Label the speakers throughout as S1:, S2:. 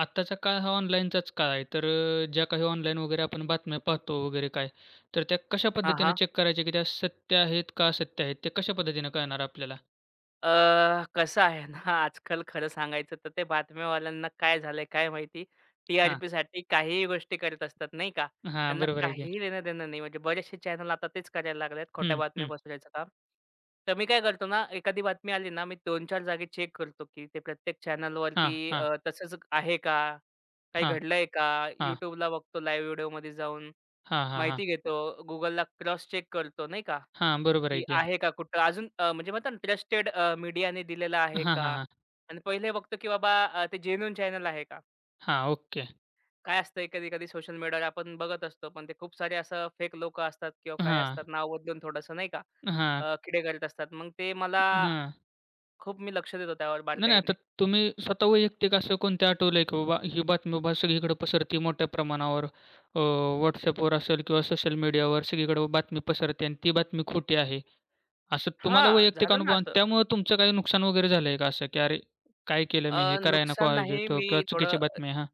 S1: आत्ताचा काळ हा ऑनलाईनचाच काळ आहे. तर ज्या काही ऑनलाईन वगैरे आपण बातम्या पाहतो वगैरे काय, तर त्या कशा
S2: हां,
S1: पद्धतीनं
S2: हां.
S1: चेक करायच्या, की त्या सत्य आहेत का असत्य आहेत? ते कशा पद्धतीनं कळणार आपल्याला?
S2: कसं आहे ना, आजकाल खरं सांगायचं तर ते बातम्यावाल्यांना काय झालंय काय माहिती?
S1: हां.
S2: टी-आर-पीसाठी काहीही गोष्टी करत असतात, नाही का?
S1: हां,
S2: त्यांना
S1: बरोबर आहे की.
S2: काहीही देणं-देणं नाही. म्हणजे बरेचसे चॅनल आता तेच करायला लागलेत, खोट्या
S1: हं,
S2: बातम्या
S1: हं.
S2: पसरवायचं काम. तर मी काय करतो ना, एखादी बातमी आली ना, मी 2-4 जागी चेक करतो, की ते प्रत्येक
S1: हां,
S2: चॅनलवरती
S1: हां,
S2: तसंच आहे का? काही
S1: हां,
S2: घडलंय का?
S1: हां.
S2: YouTubeला बघतो लाईव्ह व्हिडिओमध्ये जाऊन,
S1: हां, हां, हां.
S2: माहिती घेतो. Googleला क्रॉस चेक करतो, नाही का?
S1: हां, बरोबर आहे
S2: की
S1: की.
S2: आहे का कुठं? अजून म्हणजे म्हणतात ना ट्रस्टेड मीडियाने दिलेला आहे
S1: हां,
S2: का?
S1: हां, हां.
S2: आणि पहिले बघतो की बाबा ते जेन्युइन चॅनल आहे का?
S1: हां, ओके.
S2: काय असतंय कधी-कधी सोशल मीडियावर आपण बघत असतो, पण ते खूप सारे असं फेक लोकं असतात किंवा काय
S1: हां,
S2: असतात, नाव बदलून थोडंसं नाही का
S1: हां,
S2: किडे करत असतात. मग ते मला
S1: हां.
S2: खूप मी लक्ष देतो त्यावर
S1: नाही, नाही. आता
S2: बारकाईने.
S1: तुम्ही स्वतः वैयक्तिक असं कोणतं आठवलंय, की बाबा ही बातमी बाबा सगळीकडे पसरती मोठ्या प्रमाणावर, अ, WhatsAppवर असेल किंवा सोशल मीडियावर सगळीकडे बातमी पसरते आणि ती बातमी खोटी आहे. असं तुम्हाला
S2: हां,
S1: वैयक्तिक
S2: झालं ना
S1: अनुभव आणि
S2: असं.
S1: त्यामुळे तुमचं काही नुकसान वगैरे झालंय का असं, की "अरे, काय केलं मी हे? कराय नको
S2: नुकसान
S1: पाहिजे
S2: नाही,
S1: होतं"
S2: मी
S1: किंवा चुकीची
S2: थोडं
S1: बातमी आहे.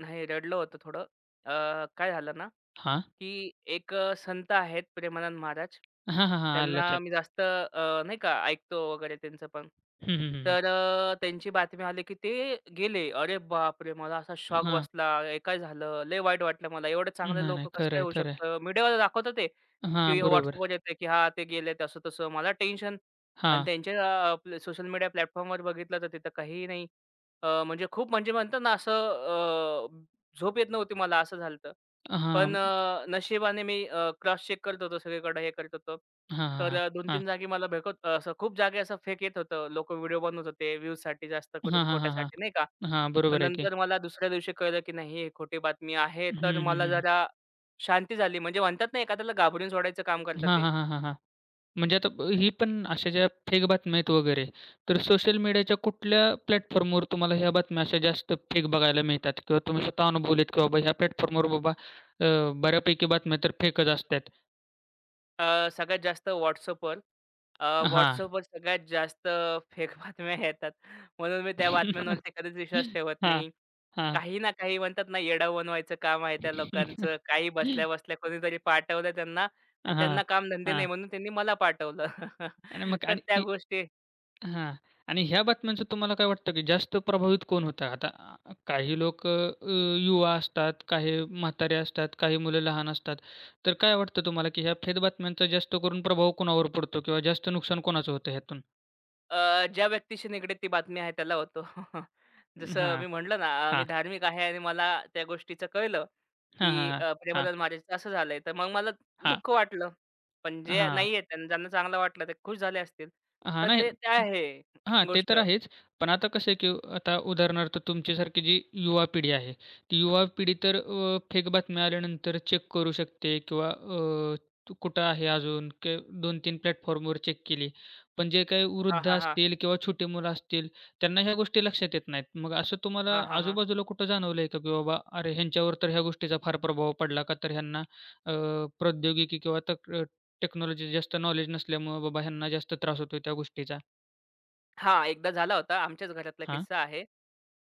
S2: नाही रडलं होतं थोडं. काय झालं ना
S1: हां,
S2: की एक संत आहेत प्रेमानंद महाराज.
S1: हां. हां, हां, आलं
S2: त्यांना मी
S1: लक्षात.
S2: जास्त नाही का ऐकतो वगैरे त्यांचं पण.
S1: हं, हं, हं, हं.
S2: तर त्यांची बातमी आली की ते गेले. अरे बापरे! मला असा शॉक
S1: हां.
S2: बसला. हे काय झालं? लय वाईट वाटलं मला. एवढं
S1: नाही,
S2: चांगलं
S1: नाही.
S2: लोकं कसं
S1: खरं
S2: काय
S1: आहे,
S2: होऊ
S1: खरं आहे.
S2: शकतं? मीडियावर दाखवतं ते,
S1: हां,
S2: की
S1: बरोबर.
S2: WhatsAppवर येते की हां, ते गेलेत असं-तसं. मला टेन्शन आणि त्यांच्या सोशल मीडिया प्लॅटफॉर्मवर बघितलं तर तिथं काहीही नाही. म्हणजे खूप म्हणजे म्हणतात ना असं झोप येत नव्हती मला असं झालतं. पण
S1: हां.
S2: नशिबाने मी क्रॉस चेक करत होतो सगळीकडे हे करत होतो.
S1: हां, हां,
S2: तर
S1: हां. हां.
S2: 2-3 जागी मला भेकत असं खूप जागी असं फेक येत होतं. लोकं व्हिडिओ बनवत होते व्ह्यूजसाठी जास्त
S1: हां,
S2: करून
S1: हां, हां, हां.
S2: खोट्यासाठी नाही का.
S1: हां,
S2: पण
S1: बरोबर आहे की.
S2: नंतर मला दुसऱ्या दिवशी कळलं की नाही ही खोटी बातमी आहे.
S1: हं,
S2: तर
S1: हं,
S2: मला
S1: हं.
S2: जरा शांती झाली. म्हणजे म्हणतात ना एखाद्याला घाबरून सोडायचं काम करतात
S1: हां,
S2: ते.
S1: हां, हां, हां, हां. म्हणजे आता ही पण अशा ज्या फेक बातम्या आहेत वगैरे, तर सोशल मीडियाच्या कुठल्या प्लॅटफॉर्मवर तुम्हाला ह्या बातम्या अशा जास्त फेक बघायला मिळतात? किंवा तुम्ही स्वतः अनुभवलेत की बाबा ह्या प्लॅटफॉर्मवर बाबा, अ, बऱ्यापैकी बातम्या तर फेकच असतात?
S2: सगळ्यात जास्त WhatsAppवर अ,
S1: हां.
S2: WhatsAppवर सगळ्यात जास्त फेक बातम्या येतात. म्हणून मी त्या बातम्यांवरती कधीच विश्वास ठेवत
S1: हां,
S2: नाही.
S1: हां.
S2: काही ना काही म्हणतात ना, येडं बनवायचं काम आहे त्या लोकांचं. काही बसल्या-बसल्या कोणीतरी पाठवलं त्यांना आणि
S1: हां,
S2: त्यांना कामधंदे नाही
S1: हां.
S2: म्हणून त्यांनी मला पाठवलं.
S1: आणि मग
S2: तर
S1: आणि
S2: त्या
S1: इ
S2: गोष्टी
S1: हां. आणि ह्या बातम्यांचं तुम्हाला काय वाटतं, की जास्त प्रभावित कोण होतं? आता काही लोक युवा असतात, काही म्हातारे असतात, काही मुलं लहान असतात. तर काय वाटतं तुम्हाला, की ह्या फेक बातम्यांचा जास्त करून प्रभाव कोणावर पडतो किंवा जास्त नुकसान कोणाचं होतं ह्यातून?
S2: ज्या व्यक्तीशी निगडीत ती बातमी आहे त्याला होतो. जसं
S1: हां,
S2: मी म्हटलं ना, मी
S1: हां.
S2: धार्मिक आहे आणि मला त्या गोष्टीचं कळलं.
S1: हां, हां,
S2: की
S1: हां.
S2: प्रेमानंद महाराजचं असं झालंय. तर मग मला
S1: हां, हां.
S2: दुःख वाटलं. पण जे
S1: हां.
S2: नाहीये त्यांना ज्यांना चांगलं वाटलं ते खुश झाले असतील.
S1: हां,
S2: तर
S1: नाही.
S2: ते ते आहे
S1: हां, ते
S2: गोष्ट.
S1: तर आहेच. पण आता कसं आहे, की आता उदाहरणार्थ तुमच्यासारखी जी युवा पिढी आहे, ती युवा पिढी तर फेक बातम्या आल्यानंतर चेक करू शकते किंवा, अ, तू कुठं आहे अजून के 2-3 प्लॅटफॉर्मवर चेक केली. पण जे काही
S2: हां,
S1: वृद्ध
S2: हां, हां.
S1: असतील किंवा छोटी मुलं असतील, त्यांना ह्या गोष्टी लक्षात येत नाहीत. मग असं तुम्हाला
S2: हां, हां, हां.
S1: आजूबाजूला कुठं जाणवलंय का, की बाबा अरे, ह्यांच्यावर तर ह्या गोष्टीचा फार प्रभाव पडला का, तर ह्यांना, अ, प्रौद्योगिकी किंवा टेक्नॉलॉजी जास्त नॉलेज नसल्यामुळं बाबा ह्यांना जास्त त्रास होतो त्या गोष्टीचा.
S2: हां, एकदा झाला होता आमच्याच घरातला
S1: हां,
S2: किस्सा आहे.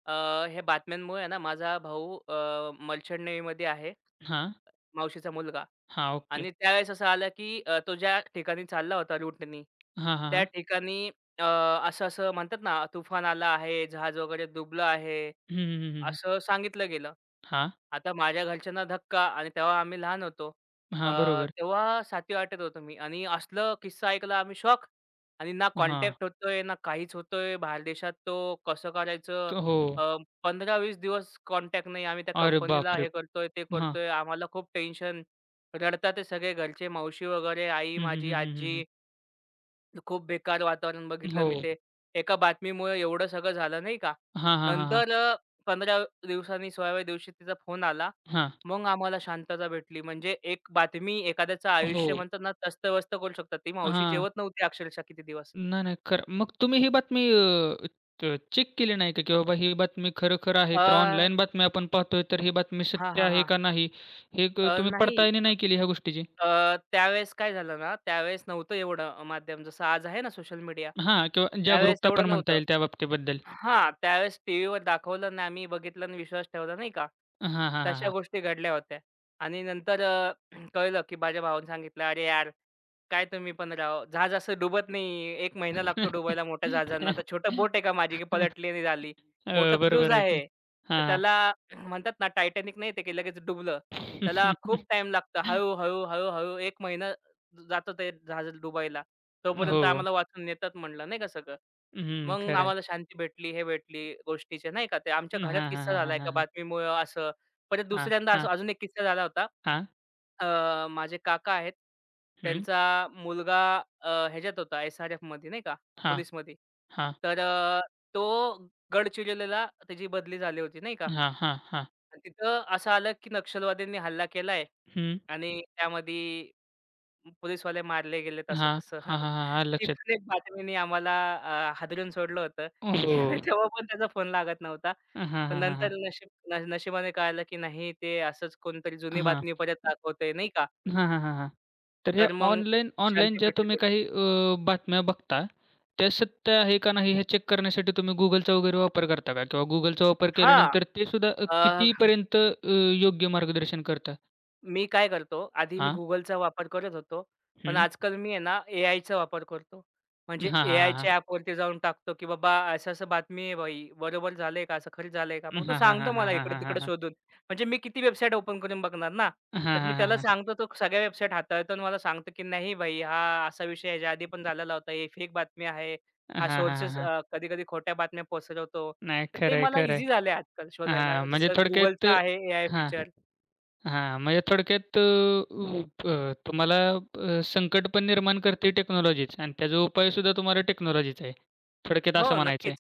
S2: अ, हे बातम्यांमुळे आहे ना माझा भाऊ मर्चंट नेव्हीमध्ये आहे,
S1: हां,
S2: मावशीचा मुलगा.
S1: हां, ओके.
S2: आणि त्यावेळेस असं आलं की तो ज्या ठिकाणी चालला होता रूटनी,
S1: हां, हां,
S2: त्या
S1: हां.
S2: ठिकाणी अ, असं-असं म्हणतात ना, तुफान आलं आहे, जहाज वगैरे डुबलं आहे.
S1: हं, हं, हं,
S2: असं सांगितलं गेलं.
S1: हां,
S2: आता माझ्या घरच्यांना धक्का आणि तेव्हा आम्ही लहान होतो. अ,
S1: हां, बरोबर.
S2: तेव्हा 7वी-8वीत होतो मी आणि असलं किस्सा ऐकला आम्ही शॉक आणि ना
S1: हां,
S2: कॉन्टॅक्ट होतोय, ना काहीच होतोय. बाहेर देशात तो कसं करायचं?
S1: तर हो.
S2: अ, 15-20 दिवस कॉन्टॅक्ट नाही. आम्ही त्या
S1: अरे
S2: कंपनीला
S1: बापरे!
S2: हे करतोय, ते
S1: हां.
S2: करतोय. आम्हाला खूप टेन्शन. रडतात ते सगळे घरचे, मावशी वगैरे, आई
S1: हं, हं,
S2: माझी,
S1: हं, हं, हं,
S2: आजी खूप बेकार वातावरण
S1: हं.
S2: बघितलं मी
S1: हो.
S2: ते. एका बातमीमुळे एवढं सगळं झालं नाही का.
S1: हां, हां, हां, हां.
S2: नंतर 15 दिवसांनी 16व्या दिवशी तिचा फोन आला.
S1: हां,
S2: मग आम्हाला शांतता भेटली. म्हणजे एक बातमी एखाद्याचं
S1: हो.
S2: आयुष्य म्हणतात ना तस्तव्यस्त करू शकतात. ती मावशी
S1: हां.
S2: जेवत नव्हती अक्षरशः किती दिवस.
S1: नाही, नाही, खरं. मग तुम्ही ही बातमी, अ, त चेक केली नाही का, की बाबा ही बातमी खरं-खरं आहे, तर ऑनलाईन
S2: हां,
S1: बातमी आपण पाहतोय, तर ही बातमी
S2: हां,
S1: सत्य आहे
S2: हां.
S1: का नाही, हे क तुम्ही
S2: नाही.
S1: पडताळणी
S2: अ,
S1: नाही केली ह्या गोष्टीची?
S2: अ, त्यावेळेस काय झालं ना, त्यावेळेस नव्हतं एवढं माध्यम जसं आज आहे ना सोशल मीडिया.
S1: हां, किंवा
S2: त्यावेळेस
S1: जागरूकता
S2: एवढं
S1: पण म्हणता
S2: नव्हतं.
S1: येईल त्या बाबतीबद्दल.
S2: हां, त्यावेळेस टीव्हीवर दाखवलं आणि आम्ही बघितलं आणि विश्वास ठेवला नाही का?
S1: हां, हां, हां,
S2: तशा
S1: हां.
S2: गोष्टी घडल्या होत्या. आणि नंतर कळलं की माझ्या भावाने सांगितलं, "अरे यार, काय तुम्ही पण राव, जहाज असं डुबत नाही. 1 महिना लागतो डुबायला मोठ्या जहाजांना. तर छोटं बोट आहे का माझी की पलटली आणि झाली. मोठं
S1: हो,
S2: क्रूझ
S1: बरोबर आहे की.
S2: आहे. तर
S1: हां.
S2: त्याला" म्हणतात ना टायटॅनिक नाही ते की लगेच डुबलं. त्याला खूप टाईम लागतो. हळू, हळू, हळू, हळू 1 महिना जातो ते जहाज डुबायला.
S1: हो.
S2: तोपर्यंत आम्हाला वाचून नेतात म्हटलं नाही का सगळं.
S1: हं,
S2: मग
S1: खरं आहे.
S2: आम्हाला शांती भेटली, हे भेटली गोष्टीचे नाही का ते आमच्या घरात
S1: हां, हां,
S2: किस्सा झाला
S1: हां,
S2: एका
S1: हां, हां,
S2: बातमीमुळं असं. परत
S1: हां,
S2: दुसऱ्यांदा असं
S1: हां,
S2: अजून एक किस्सा झाला होता.
S1: हां,
S2: माझे काका आहेत.
S1: हं,
S2: त्यांचा मुलगा ह्याच्यात होता एस-आर-एफमध्ये नाही का
S1: हां,
S2: पोलिसमध्ये.
S1: हां,
S2: तर तो गडचिरोलीला त्याची बदली झाली होती नाही का?
S1: हां, हां, हां,
S2: आणि तिथं असं आलं, की नक्षलवाद्यांनी हल्ला केलाय
S1: हं,
S2: आणि त्यामध्ये पोलिसवाले मारले गेलेत
S1: हां,
S2: असं-तसं.
S1: हां, हां, हां, हां,
S2: ती
S1: लक्षात.
S2: पण एक बातमीने आम्हाला हादरून सोडलं होतं.
S1: हो.
S2: ते तेव्हा पण त्याचा फोन लागत नव्हता.
S1: हां, हां,
S2: पण
S1: हां, हां,
S2: नंतर नशीब नशिबाने कळालं, की नाही ते असंच कोणतरी जुनी
S1: हां.
S2: बातमी परत दाखवतंय नाही का?
S1: हां, हां, हां, हां. तर हे
S2: तर मग
S1: ऑनलाईन ऑनलाईन
S2: शांती
S1: ज्या
S2: भेटली
S1: तुम्ही
S2: थोडी.
S1: काही, बातम्या बघता, त्या सत्य आहे का नाही हे चेक करण्यासाठी तुम्ही Googleचा वगैरे वापर करता का? किंवा Googleचा वापर
S2: हां.
S1: केल्यानंतर ते सुद्धा, कितीपर्यंत योग्य मार्गदर्शन करतं?
S2: मी काय करतो, आधी मी
S1: हां,
S2: Googleचा वापर करत होतो. पण
S1: हं.
S2: आजकाल मी आहे ना, एआयचा वापर करतो. म्हणजे
S1: हां, हां, हां, हां.
S2: एआयच्या ॲपवरती जाऊन टाकतो, की बाबा असं-असं बातमी आहे भाई, बरोबर झालंय का? असं खरं झालंय का?
S1: हां,
S2: मग तो
S1: हां,
S2: सांगतो
S1: हां, हां,
S2: मला
S1: हां, हां,
S2: इकडं-तिकडं
S1: हां.
S2: शोधून. म्हणजे मी किती वेबसाईट ओपन करून बघणार ना.
S1: हां, हां,
S2: तर मी
S1: हां,
S2: त्याला
S1: हां.
S2: सांगतो, तो सगळ्या वेबसाईट हाताळतो आणि मला सांगतो, की "नाही भाई, हा असा विषय ह्याच्या आधी पण झालेला होता. हे फेक बातमी आहे.
S1: हां,
S2: हा
S1: हां, हां,
S2: सोर्सेस
S1: हां.
S2: कधी-कधी खोट्या बातम्या पसरवतो."
S1: नाही,
S2: तर ते
S1: खरं आहे,
S2: मला
S1: खरं आहे.
S2: ईझी झालंय आजकाल शोधायला.
S1: हां, म्हणजे
S2: जसं
S1: थोडक्यात
S2: Googleचं आहे एआय
S1: हां.
S2: फीचर.
S1: हां, म्हणजे थोडक्यात, अ, अ, तुम्हाला अ, संकट पण निर्माण करते टेक्नॉलॉजीच आणि त्याचा उपायसुद्धा तुम्हाला टेक्नॉलॉजीच आहे. थोडक्यात असं
S2: हो,
S1: म्हणायचं
S2: नक्कीच.
S1: आहे.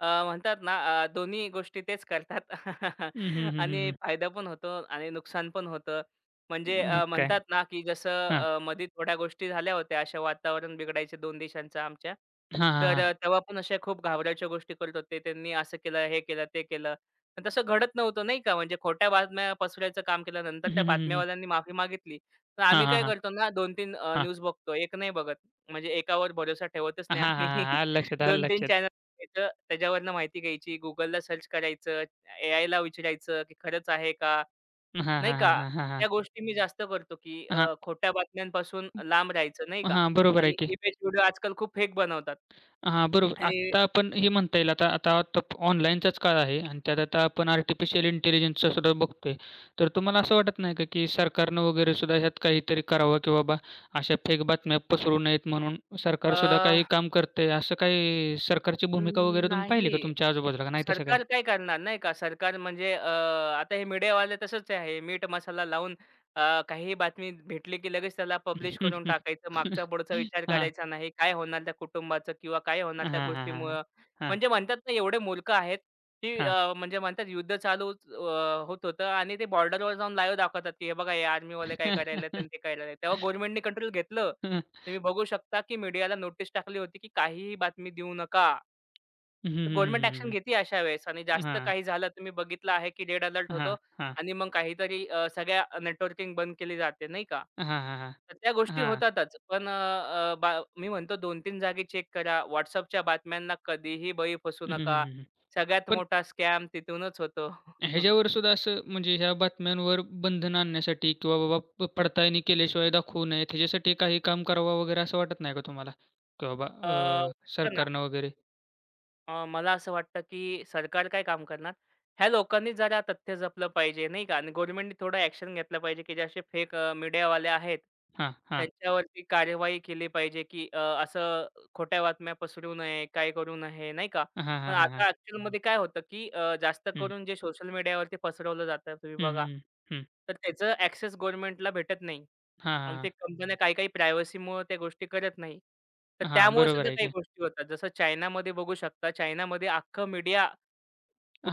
S2: म्हणतात ना दोन्ही गोष्टी तेच करतात
S1: हं, हं, हं, हं,
S2: आणि
S1: हं.
S2: फायदा पण होतो आणि नुकसान पण होतं. म्हणजे
S1: मग काय?
S2: म्हणतात ना, की जसं
S1: हां.
S2: मध्ये थोड्या गोष्टी झाल्या होत्या अशा वातावरण बिघडायच्या 2 देशांचं आमच्या.
S1: हां, हां,
S2: तर
S1: हां.
S2: तेव्हा पण अशा खूप घाबरायच्या गोष्टी करत होते. त्यांनी असं केलं, हे केलं, ते केलं. पण तसं घडत नव्हतं नाही का. म्हणजे खोट्या बातम्या पसरायचं काम केलं. नंतर
S1: हं,
S2: त्या
S1: हं, हं, हं.
S2: बातम्यावाल्यांनी माफी मागितली. तर
S1: हां,
S2: आम्ही
S1: हां,
S2: काय
S1: हां.
S2: करतो ना 2-3
S1: हां.
S2: न्यूज बघतो. एक नाही बघत. म्हणजे एकावर भरोसा ठेवतच
S1: हां,
S2: नाही
S1: हां,
S2: आम्ही.
S1: हां. आलं लक्षात, आलं
S2: 2-3
S1: लक्षात.
S2: चॅनल बघायचं. त्याच्यावरनं माहिती घ्यायची. Googleला सर्च करायचं. एआयला विचारायचं, की खरंच आहे का?
S1: हां,
S2: नाही
S1: हां, हां,
S2: का?
S1: हां, हां, हां.
S2: त्या गोष्टी मी जास्त करतो, की खोट्या बातम्यांपासून लांब राहायचं नाही
S1: हां,
S2: का?
S1: हां, बरोबर आहे
S2: आणि
S1: की.
S2: इमेज व्हिडिओ आजकाल खूप फेक बनवतात.
S1: हां, बरोबर.
S2: आणि
S1: आत्ता आपण हे म्हणता येईल आता आता आता ऑनलाईनचाच काळ आहे आणि त्यात आता आपण आर्टिफिशियल इंटेलिजन्सचा सुद्धा बघतोय. तर तुम्हाला असं वाटत नाही का, की सरकारनं वगैरे सुद्धा ह्यात काहीतरी करावं, की बाबा अशा फेक बातम्या पसरू नयेत म्हणून
S2: अ,
S1: सरकार सुद्धा काही काम करतंय, असं काही सरकारची भूमिका वगैरे तुम्ही पाहिली का
S2: नाही.
S1: तुमच्या आजूबाजूला का नाही तसं काय?
S2: सरकार काय करणार नाही का? सरकार म्हणजे आता हे मीडियावाले तसंच आहे. मीठ मसाला लावून काहीही बातमी भेटली की लगेच त्याला पब्लिश
S1: हं,
S2: करून
S1: हं.
S2: टाकायचं. मागचा-पुढचा विचार
S1: हां.
S2: करायचा नाही. काय होणार त्या कुटुंबाचं किंवा काय होणार
S1: हां,
S2: त्या
S1: हां, हां, हां.
S2: गोष्टीमुळं.
S1: हां,
S2: म्हणजे म्हणतात ना एवढे मूर्ख आहेत की म्हणजे म्हणतात युद्ध चालू होत होतं आणि ते बॉर्डरवर जाऊन लाईव्ह दाखवतात की हे बघा हे आर्मीवाले काय करायलेत ते काय करायलेत. तेव्हा गव्हर्नमेंटनी कंट्रोल घेतलं.
S1: हां.
S2: तुम्ही बघू शकता, की मीडियाला नोटीस टाकली होती, की काहीही बातमी देऊ नका.
S1: हं, हं,
S2: तर गव्हर्नमेंट
S1: हं, हं,
S2: ॲक्शन
S1: हं.
S2: घेते अशा वेळेस आणि जास्त
S1: हां,
S2: काही झालं तुम्ही बघितलं आहे, की रेड अलर्ट
S1: हां,
S2: होतो
S1: हां.
S2: आणि मग काहीतरी सगळ्या नेटवर्किंग बंद केली जाते नाही का?
S1: हां, हां, हां.
S2: तर त्या गोष्टी
S1: हां.
S2: होतातच. पण अ, अ, बा मी म्हणतो 2-3 जागी चेक करा. WhatsAppच्या बातम्यांना कधीही बळी फसू
S1: हं, हं,
S2: नका.
S1: हं, हं.
S2: सगळ्यात
S1: पण
S2: मोठा स्कॅम तिथूनच होतो.
S1: ह्याच्यावर सुद्धा असं म्हणजे ह्या बातम्यांवर बंधन आणण्यासाठी किंवा बाबा पडताळणी केल्याशिवाय दाखवू नये, त्याच्यासाठी काही काम करावं वगैरे असं वाटत नाही का तुम्हाला? की बाबा,
S2: अ, वाटतं ना
S1: सरकारनं वगैरे
S2: मला असं वाटतं, की सरकार काय काम करणार? ह्या लोकांनी जरा तथ्य जपलं पाहिजे, नाही का? आणि गव्हर्नमेंटनी थोडं ॲक्शन घेतलं पाहिजे, की जे असे फेक मीडियावाले आहेत,
S1: हां, हां.
S2: त्यांच्यावरती कार्यवाही केली पाहिजे, की असं खोट्या बातम्या पसरवू नये, काय करू नये, नाही का?
S1: हां,
S2: पण
S1: हां, हां,
S2: आता
S1: हां.
S2: हं. ॲक्चुअलमध्ये काय होतं, की जास्त
S1: हं.
S2: करून जे सोशल मीडियावरती पसरवलं जातं, तुम्ही
S1: हं,
S2: बघा,
S1: हं, हं.
S2: तर त्याचं ॲक्सेस गव्हर्नमेंटला भेटत नाही.
S1: हां,
S2: आणि ते
S1: हां,
S2: कंपन्या काही काही प्रायव्हसीमुळे त्या गोष्टी करत नाही. तर
S1: हां. हां,
S2: त्यामुळे
S1: बरोबर
S2: सुद्धा
S1: आहे
S2: काही
S1: की.
S2: गोष्टी होतात. जसं चायनामध्ये बघू शकता. चायनामध्ये अख्खं मीडिया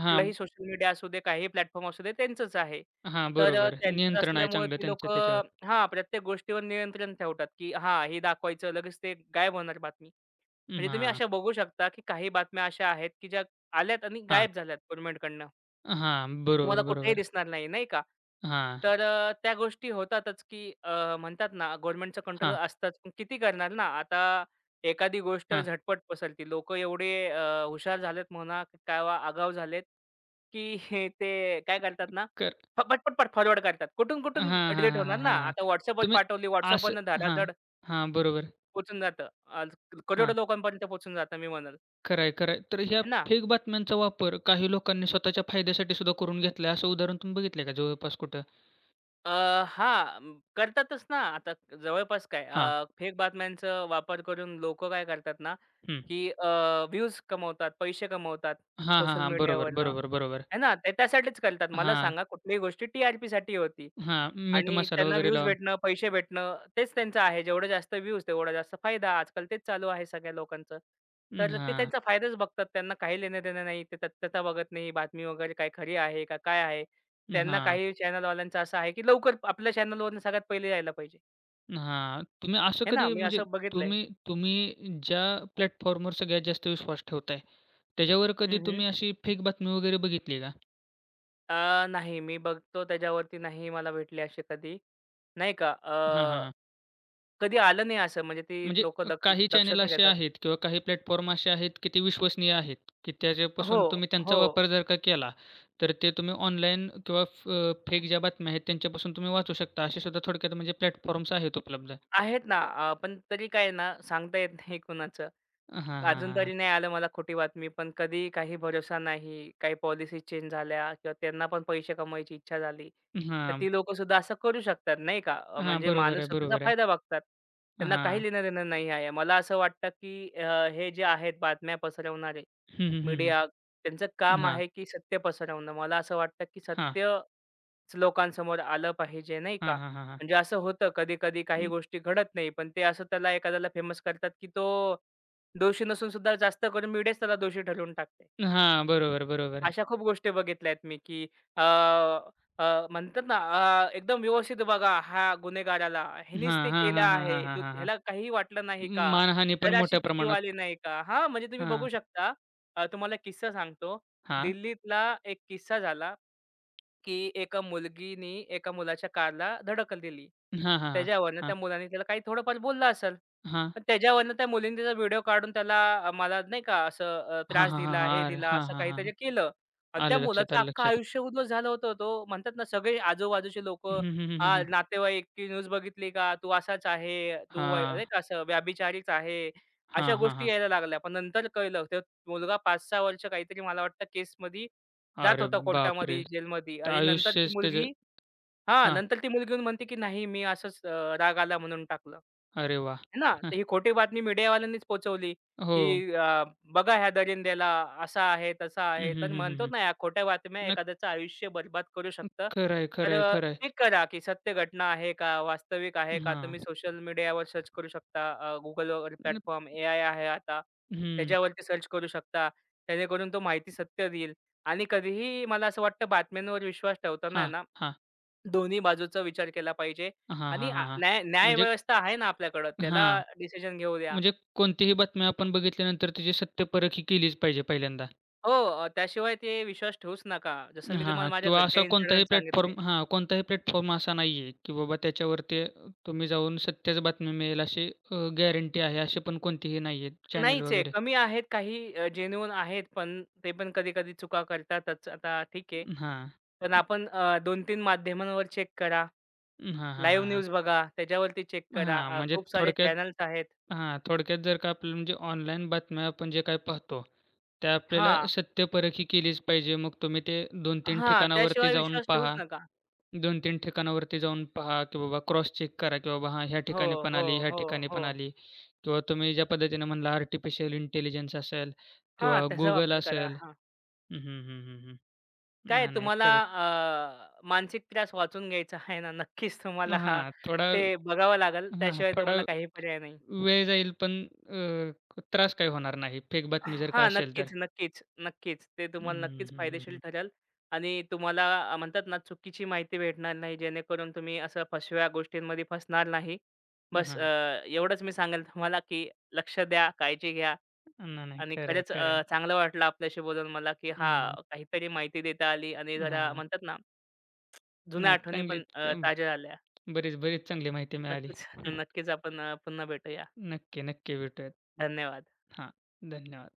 S1: हां,
S2: सोशल मीडिया असू दे, काही प्लॅटफॉर्म असू दे त्यांचंच आहे.
S1: हां.
S2: तर
S1: बरोबर.
S2: त्यांचंच
S1: नियंत्रण आहे
S2: असल्यामुळे
S1: चांगलं
S2: ती
S1: त्यांचं त्याच्यावर.
S2: लोकं हां, प्रत्येक गोष्टीवर नियंत्रण ठेवतात, की हां, हे दाखवायचं लगेच ते गायब होणार बातमी.
S1: हं,
S2: म्हणजे तुम्ही
S1: हां,
S2: अशा बघू शकता, की काही बातम्या अशा आहेत, की ज्या आल्यात आणि
S1: हां.
S2: गायब झाल्यात गव्हर्नमेंटकडनं.
S1: हां.
S2: ते तुम्हाला
S1: बरोबर,
S2: कुठेही
S1: बरोबर.
S2: दिसणार नाही, नाही का?
S1: हां,
S2: तर त्या गोष्टी होतातच, की म्हणतात ना गव्हर्नमेंटचं कंट्रोल
S1: हां,
S2: असतंच. पण किती करणार ना? आता एखादी गोष्ट
S1: हां.
S2: झटपट पसरती. लोकं एवढे हुशार झालेत म्हणा किंवा आगाऊ झालेत, की ते काय करतात ना,
S1: कर
S2: पटपट फॉरवर्ड करतात.
S1: हां,
S2: कुठून-कुठून
S1: हां, हां,
S2: डिलीट होणार
S1: हां,
S2: ना?
S1: हां, हां.
S2: आता WhatsAppवर
S1: तुम्ही
S2: पाठवली.
S1: असं
S2: WhatsAppवरनं
S1: हां,
S2: धडाधड
S1: हां. बरोबर.
S2: पोहचून जातं. आज करोडो लोकांपर्यंत पोहचून जातं मी म्हणेल,
S1: खरं आहे, खरं आहे. तर ह्या
S2: है ना?
S1: फेक बातम्यांचा वापर काही लोकांनी स्वतःच्या फायद्यासाठी सुद्धा करून घेतलाय, असं उदाहरण तुम्ही बघितलंय का जवळपास कुठं?
S2: अ, हां, करतातच ना. आता जवळपास काय
S1: हां,
S2: फेक बातम्यांचा वापर करून लोकं काय करतात ना,
S1: हं.
S2: की व्ह्यूज कमवतात, पैसे कमवतात
S1: हां, हां,
S2: सोशल
S1: हां. बरोबर,
S2: मीडियावरनं.
S1: बरोबर, बरोबर.
S2: आहे ना? ते त्यासाठीच करतात. मला
S1: हां,
S2: सांगा कुठलीही गोष्टी टी-आर-पीसाठी होती
S1: हां. मीठ
S2: आणि
S1: मसाला
S2: त्यांना
S1: वगैरे
S2: व्ह्यूज
S1: लावून.
S2: भेटणं, पैसे भेटणं तेच त्यांचं आहे. जेवढे जास्त व्ह्यूज तेवढा जास्त फायदा. आजकाल तेच चालू आहे सगळ्या लोकांचं.
S1: अं,
S2: तर ते
S1: हां,
S2: त्यांचा फायदाच बघतात. त्यांना काही लेणं-देणं नाही. ते तत्त्वता बघत नाही. बातमी वगैरे काय खरी आहे का काय आहे? त्यांना
S1: हां,
S2: काही चॅनलवाल्यांचं असं आहे, की लवकर आपल्या चॅनलवरून सगळ्यात पहिले यायला पाहिजे.
S1: हां. तुम्ही असं
S2: हे ना,
S1: कधी
S2: मी
S1: म्हणजे
S2: असं बघितलंय.
S1: तुम्ही तुम्ही ज्या प्लॅटफॉर्मवर सगळ्यात जास्त विश्वास ठेवताय, त्याच्यावर कधी
S2: हं, हं.
S1: तुम्ही अशी फेक बातमी वगैरे बघितली का?
S2: नाही मी बघतो त्याच्यावरती नाही मला भेटले असे कधी. नाही का
S1: हां, हां, हां.
S2: कधी आलं नाही असं म्हणजे ती
S1: म्हणजे,
S2: लोकं
S1: काही चॅनल
S2: दक्षता
S1: असे
S2: घेतात.
S1: आहेत किंवा काही प्लॅटफॉर्म असे आहेत, की ते विश्वसनीय आहेत, की
S2: हो,
S1: त्याच्यापासून तुम्ही त्यांचा
S2: हो.
S1: वापर जर का केला, तर ते तुम्ही ऑनलाईन किंवा फेक ज्या बातम्या आहेत त्यांच्यापासून तुम्ही वाचू शकता. असे सुद्धा थोडक्यात म्हणजे प्लॅटफॉर्म्स आहेत उपलब्ध.
S2: आहेत ना पण तरी काय आहे ना, सांगता येत नाही कुणाचं.
S1: हां, हां, हां,
S2: अजून
S1: हां.
S2: तरी नाही आलं मला खोटी बातमी, पण कधी काही भरोसा नाही. काही पॉलिसी चेंज झाल्या किंवा त्यांना पण पैसे कमवायची इच्छा झाली. तर
S1: हां,
S2: ती लोकंसुद्धा असं करू शकतात नाही का.
S1: हां.
S2: म्हणजे
S1: बरोबर
S2: माणूस
S1: आहे,
S2: स्वतःचा
S1: बरोबर आहे.
S2: फायदा बघतात. त्यांना काही
S1: हां.
S2: लेणं-देणं नाही आहे. मला असं वाटतं, की हे जे आहेत बातम्या पसरवणारे,
S1: हं, हं, हं, हं.
S2: मीडिया त्यांचं काम
S1: हां,
S2: आहे, की सत्य पसरवणं. मला असं वाटतं, की
S1: हां.
S2: सत्य लोकांसमोर आलं पाहिजे नाही का.
S1: हां, हां, हां, हां.
S2: म्हणजे असं होतं कधी-कधी काही गोष्टी घडत नाही, पण ते असं त्याला एखाद्याला फेमस करतात, की तो दोषी नसून सुद्धा जास्त करून मीडियाच त्याला दोषी ठरवून टाकते.
S1: अं, हां. बरोबर, बरोबर.
S2: अशा खूप गोष्टी बघितल्यात मी, की अ, अ, म्हणतात ना एकदम व्यवस्थित बघा ह्या गुन्हेगाराला, ह्यानेच
S1: हां,
S2: ते
S1: हां,
S2: केलं
S1: हां, हां,
S2: आहे.
S1: हां, हां,
S2: तो
S1: हां, हां.
S2: ह्याला काहीही वाटलं नाही का?
S1: मानहानी पण
S2: जराशी
S1: मोठ्या
S2: कीव आली
S1: प्रमाणात
S2: नाही का? हां, म्हणजे तुम्ही बघू शकता. तुम्हाला किस्सा सांगतो.
S1: हां.
S2: दिल्लीतला एक किस्सा झाला. की एका मुलगीनी एका मुलाच्या कारला धडकल दिली.
S1: हां, हां, हां.
S2: त्याच्यावरनं त्या मुलाने त्याला काही थोडंफार बोलला असेल.
S1: हां, हां.
S2: पण त्याच्यावरनं त्या मुलीने त्याचा व्हिडिओ काढून त्याला मला नाही का असं
S1: हां,
S2: त्रास
S1: हां, हां,
S2: दिला, हे
S1: हां. अरे
S2: दिला,
S1: हां,
S2: असं
S1: हां,
S2: काहीतरी
S1: हां.
S2: केलं. आणि त्या
S1: आलं लक्षात,
S2: मुलाचं
S1: आलं
S2: अख्खं
S1: लक्षात.
S2: आयुष्य उद्ध्वस्त झालं होतं. तो म्हणतात ना सगळे आजूबाजूचे
S1: हं,
S2: लोकं,
S1: हं, हं, हं,
S2: "आ,
S1: हं.
S2: नातेवाईक की न्यूज बघितली का? तू असाच आहे. तू
S1: हां.
S2: नाही का असं व्याभिचारीच आहे." अशा
S1: हां, हां,
S2: गोष्टी
S1: हां.
S2: यायला लागल्या. पण नंतर कळलं, तो मुलगा 5-6 वर्ष काहीतरी मला वाटतं केसमध्ये जात
S1: अरे
S2: होता
S1: बापरे!
S2: कोर्टामध्ये, जेलमध्ये
S1: तर
S2: आणि नंतर ती
S1: आयुष्यच त्याचं
S2: मुलगी हां,
S1: हां.
S2: नंतर ती मुलगी येऊन म्हणते, की "नाही, मी असंच राग आला म्हणून टाकलं." है
S1: अरे वाह!
S2: ना?
S1: हं,
S2: तर ही खोटी बातमी मीडियावाल्यांनीच पोहोचवली,
S1: हो.
S2: की "बघा ह्या दरिंद्याला असा आहे, तसा
S1: हं,
S2: आहे."
S1: हं,
S2: तर
S1: हं, हं,
S2: म्हणतो
S1: हं.
S2: ना, या खोट्या बातम्या
S1: नाही,
S2: एखाद्याचं आयुष्य बरबाद करू शकतं.
S1: खरं आहे, खरं
S2: तर
S1: आहे, खरं
S2: चेक
S1: आहे.
S2: करा, की सत्य घटना आहे का? वास्तविक आहे का?
S1: हां.
S2: तुम्ही सोशल मीडियावर सर्च करू शकता. Google वगैरे
S1: आणि
S2: प्लॅटफॉर्म, एआय आहे आता,
S1: हं.
S2: त्याच्यावरती सर्च करू शकता. जेणेकरून तो माहिती सत्य देईल आणि कधीही मला असं वाटतं, बातम्यांवर विश्वास ठेवताना आहे
S1: हां,
S2: ना
S1: हां.
S2: दोन्ही बाजूचा विचार केला पाहिजे
S1: हां, हां,
S2: आणि
S1: हां, हां. म्हणजे
S2: न्यायव्यवस्था आहे ना आपल्याकडं, त्याला
S1: हां.
S2: डिसिजन घेऊ द्या.
S1: म्हणजे कोणतीही बातमी आपण बघितल्यानंतर त्याची सत्यपरखी केलीच पाहिजे पहिल्यांदा.
S2: हो, त्याशिवाय ते विश्वास ठेवूच नका. जसं मी
S1: हां,
S2: तुम्हाला
S1: हां.
S2: माझ्या
S1: किंवा असा
S2: घरचे
S1: कोणताही
S2: इन्सिडेंट सांगितले.
S1: प्लॅटफॉर्म हां, कोणताही प्लॅटफॉर्म असा नाहीये, की बाबा त्याच्यावरती, तुम्ही जाऊन सत्याच बातमी मिळेल अशी, गॅरंटी आहे, अशी पण कोणतीही नाहीये चॅनेल
S2: नाहीच आहे.
S1: वगैरे.
S2: कमी आहेत काही आहेत, पण ते पण कधी-कधी चुका करतातच. आता ठीक आहे.
S1: हां.
S2: पण
S1: अ,
S2: आपण 2-3 माध्यमांवर चेक करा.
S1: हां, हां,
S2: लाईव्ह
S1: हां, हां.
S2: न्यूज बघा, त्याच्यावरती चेक करा.
S1: हां, म्हणजे
S2: खूप सारे
S1: थोडक्यात
S2: चॅनल्स आहेत.
S1: हां, थोडक्यात जर का आपल्याला म्हणजे ऑनलाईन बातम्या आपण जे काही पाहतो, त्या आपल्याला
S2: हां,
S1: सत्यपरखी केलीच पाहिजे. मग तुम्ही ते 2 तीन
S2: हां.
S1: ठिकाणावरती
S2: त्याशिवाय
S1: जाऊन
S2: विश्वास ठेवूच
S1: पहा.
S2: नका.
S1: 2-3 ठिकाणावरती जाऊन पहा, की बाबा क्रॉस चेक करा, की बाबा हां, ह्या
S2: हो,
S1: ठिकाणी पण
S2: हो,
S1: आली, ह्या
S2: हो,
S1: ठिकाणी
S2: हो.
S1: पण आली किंवा तुम्ही ज्या पद्धतीने म्हणला आर्टिफिशियल इंटेलिजन्स असेल किंवा
S2: हां, त्याचा
S1: Google
S2: वापर करा.
S1: असेल.
S2: हां.
S1: हं, हं, हं, हं, हं.
S2: काय
S1: नाही, नाही.
S2: तुम्हाला
S1: खरंच.
S2: मानसिक त्रास वाचून घ्यायचा आहे ना, नक्कीच तुम्हाला हां,
S1: हां, थोडा
S2: ते बघावं लागेल.
S1: हां,
S2: त्याशिवाय
S1: थोडा
S2: तुम्हाला काही पर्याय नाही.
S1: वेळ जाईल पण, त्रास काही होणार नाही. फेक बातमी जर का
S2: हां,
S1: असेल तर.
S2: नक्कीच, नक्कीच, नक्कीच. ते
S1: हं,
S2: तुम्हाला
S1: हं,
S2: नक्कीच
S1: हं, हं,
S2: फायदेशीर
S1: हं.
S2: ठरेल आणि तुम्हाला म्हणतात ना, चुकीची माहिती भेटणार नाही, जेणेकरून तुम्ही असं फसव्या गोष्टींमध्ये फसणार नाही. बस
S1: हां.
S2: एवढंच मी सांगेल तुम्हाला, की लक्ष द्या, काळजी घ्या
S1: नाही, नाही.
S2: आणि
S1: खरं आहे,
S2: खरंच
S1: खरं आहे.
S2: चांगलं वाटलं आपल्याशी बोलून मला, की
S1: हं.
S2: हां, काहीतरी माहिती देता आली आणि जरा
S1: हां.
S2: म्हणतात ना, जुन्या
S1: नाही,
S2: आठवणी पण
S1: चांगलीच अं,
S2: ताज्या झाल्या.
S1: बरीच, बरीच चांगली माहिती मिळाली.
S2: नक्कीच,
S1: हं.
S2: नक्कीच आपण पुन्हा भेटूया.
S1: नक्की, नक्की भेटूयात.
S2: धन्यवाद.
S1: हां, धन्यवाद.